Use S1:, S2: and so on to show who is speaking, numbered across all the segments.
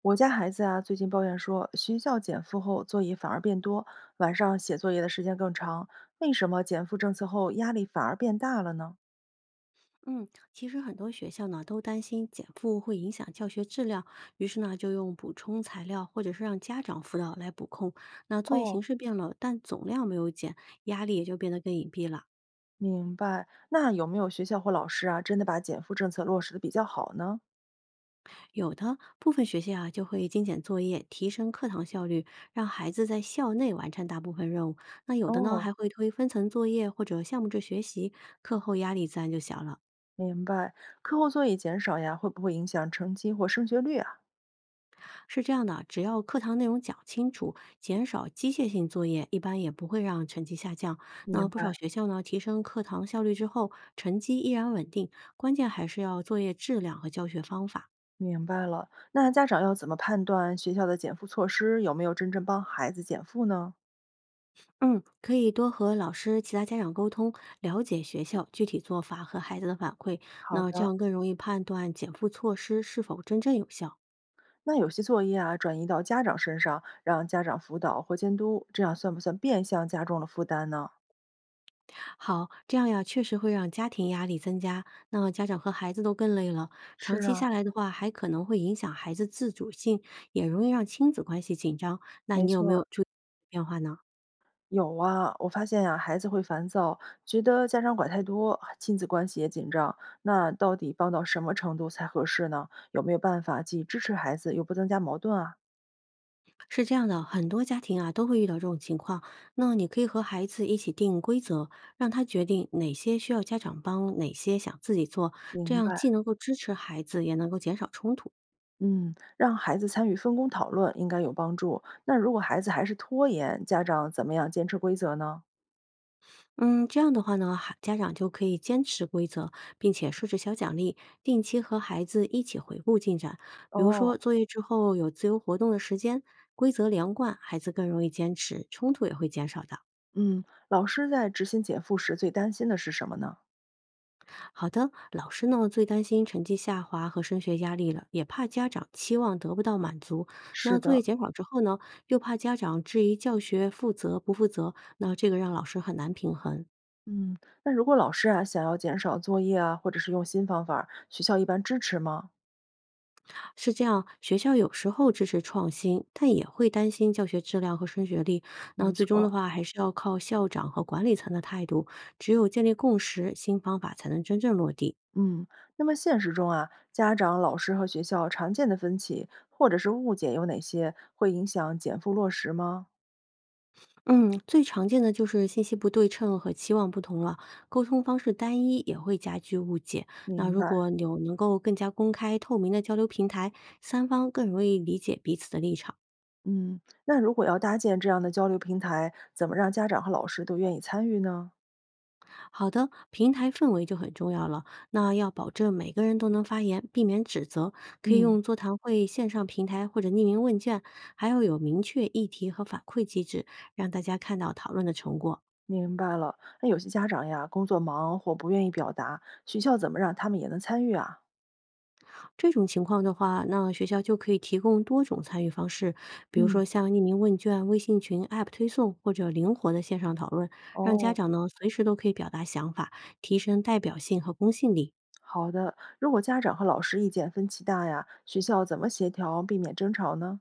S1: 我家孩子啊，最近抱怨说，学校减负后作业反而变多，晚上写作业的时间更长。为什么减负政策后压力反而变大了呢？
S2: 嗯，其实很多学校呢都担心减负会影响教学质量，于是呢就用补充材料或者是让家长辅导来补空。那作业形
S1: 哦，
S2: 式变了，但总量没有减，压力也就变得更隐蔽了。
S1: 明白。那有没有学校或老师啊，真的把减负政策落实的比较好呢？
S2: 有的部分学校啊就会精简作业，提升课堂效率，让孩子在校内完成大部分任务。那有的呢
S1: 哦，
S2: 还会推分层作业或者项目制学习，课后压力自然就小了。
S1: 明白。课后作业减少呀，会不会影响成绩或升学率啊？
S2: 是这样的，只要课堂内容讲清楚，减少机械性作业，一般也不会让成绩下降。那
S1: 明
S2: 不少
S1: 白，
S2: 学校呢，提升课堂效率之后，成绩依然稳定，关键还是要作业质量和教学方法。
S1: 明白了。那家长要怎么判断学校的减负措施有没有真正帮孩子减负呢？
S2: 嗯，可以多和老师、其他家长沟通，了解学校具体做法和孩子的反馈，
S1: 好
S2: 那这
S1: 的。
S2: 样更容易判断减负措施是否真正有效。
S1: 那有些作业啊，转移到家长身上，让家长辅导或监督，这样算不算变相加重了负担呢？
S2: 好，这样呀，确实会让家庭压力增加，那家长和孩子都更累了。长
S1: 是
S2: 期
S1: 啊，
S2: 下来的话，还可能会影响孩子自主性，也容易让亲子关系紧张。那
S1: 没
S2: 你有没
S1: 错
S2: 有
S1: 儿，
S2: 注意变化呢？
S1: 有啊。我发现呀、孩子会烦躁，觉得家长管太多，亲子关系也紧张。那到底帮到什么程度才合适呢？有没有办法既支持孩子又不增加矛盾啊？
S2: 是这样的，很多家庭啊都会遇到这种情况。那你可以和孩子一起定规则，让他决定哪些需要家长帮，哪些想自己做，这
S1: 明
S2: 样
S1: 白。
S2: 既能够支持孩子，也能够减少冲突。
S1: 嗯，让孩子参与分工讨论应该有帮助。那如果孩子还是拖延，家长怎么样坚持规则呢？
S2: 嗯，这样的话呢，孩家长就可以坚持规则，并且设置小奖励，定期和孩子一起回顾进展。比如
S1: 哦，
S2: 说，作业之后有自由活动的时间，规则连贯，孩子更容易坚持，冲突也会减少的。
S1: 嗯，老师在执行减负时最担心的是什么呢？
S2: 好的，老师呢最担心成绩下滑和升学压力了，也怕家长期望得不到满足。
S1: 是
S2: 那作业
S1: 的，
S2: 减少之后呢，又怕家长质疑教学负责不负责，那这个让老师很难平衡。
S1: 嗯，那如果老师啊想要减少作业啊，或者是用新方法儿学校一般支持吗？
S2: 是这样，学校有时候支持创新，但也会担心教学质量和升学率。那
S1: 没
S2: 最
S1: 错
S2: 终的
S1: 儿。
S2: 话，还是要靠校长和管理层的态度。只有建立共识，新方法才能真正落地。
S1: 嗯，那么现实中啊，家长、老师和学校常见的分歧或者是误解有哪些，会影响减负落实吗？
S2: 嗯，最常见的就是信息不对称和期望不同了，沟通方式单一也会加剧误解。那
S1: 明
S2: 如
S1: 白。
S2: 果有能够更加公开透明的交流平台，三方更容易理解彼此的立场。
S1: 嗯，那如果要搭建这样的交流平台，怎么让家长和老师都愿意参与呢？
S2: 好的，平台氛围就很重要了。那要保证每个人都能发言，避免指责，可以
S1: 嗯。
S2: 用座谈会、线上平台或者匿名问卷，还要有明确议题和反馈机制，让大家看到讨论的成果。
S1: 明白了。那有些家长呀，工作忙或不愿意表达，学校怎么让他们也能参与啊？
S2: 这种情况的话，那学校就可以提供多种参与方式，比如
S1: 嗯，
S2: 说像匿名问卷、微信群、App 推送或者灵活的线上讨论，让家
S1: 哦，
S2: 长呢随时都可以表达想法，提升代表性和公信力。
S1: 好的。如果家长和老师意见分歧大呀，学校怎么协调避免争吵呢？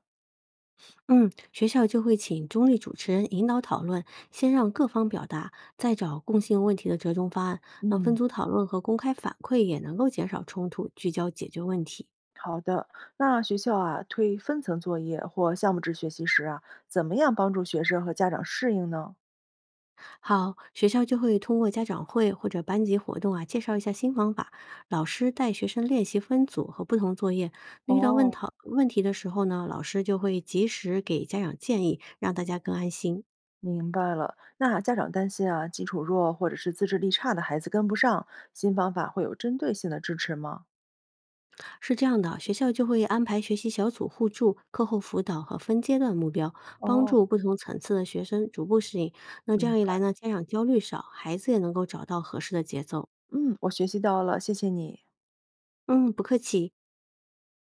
S2: 嗯，学校就会请中立主持人引导讨论，先让各方表达，再找共性问题的折中方案。那分
S1: 嗯，
S2: 组讨论和公开反馈也能够减少冲突，聚焦解决问题。
S1: 好的，那学校啊推分层作业或项目制学习时啊，怎么样帮助学生和家长适应呢？
S2: 好，学校就会通过家长会或者班级活动啊，介绍一下新方法。老师带学生练习分组和不同作业。那遇到
S1: 哦，
S2: 问题的时候呢，老师就会及时给家长建议，让大家更安心。
S1: 明白了。那家长担心啊，基础弱或者是自制力差的孩子跟不上，新方法会有针对性的支持吗？
S2: 是这样的，学校就会安排学习小组互助、课后辅导和分阶段目标，帮
S1: 哦，
S2: 助不同层次的学生逐步适应。那这
S1: 明
S2: 样一来呢，家长焦虑少，孩子也能够找到合适的节奏。
S1: 嗯，我学习到了，谢谢你。
S2: 嗯，不客气。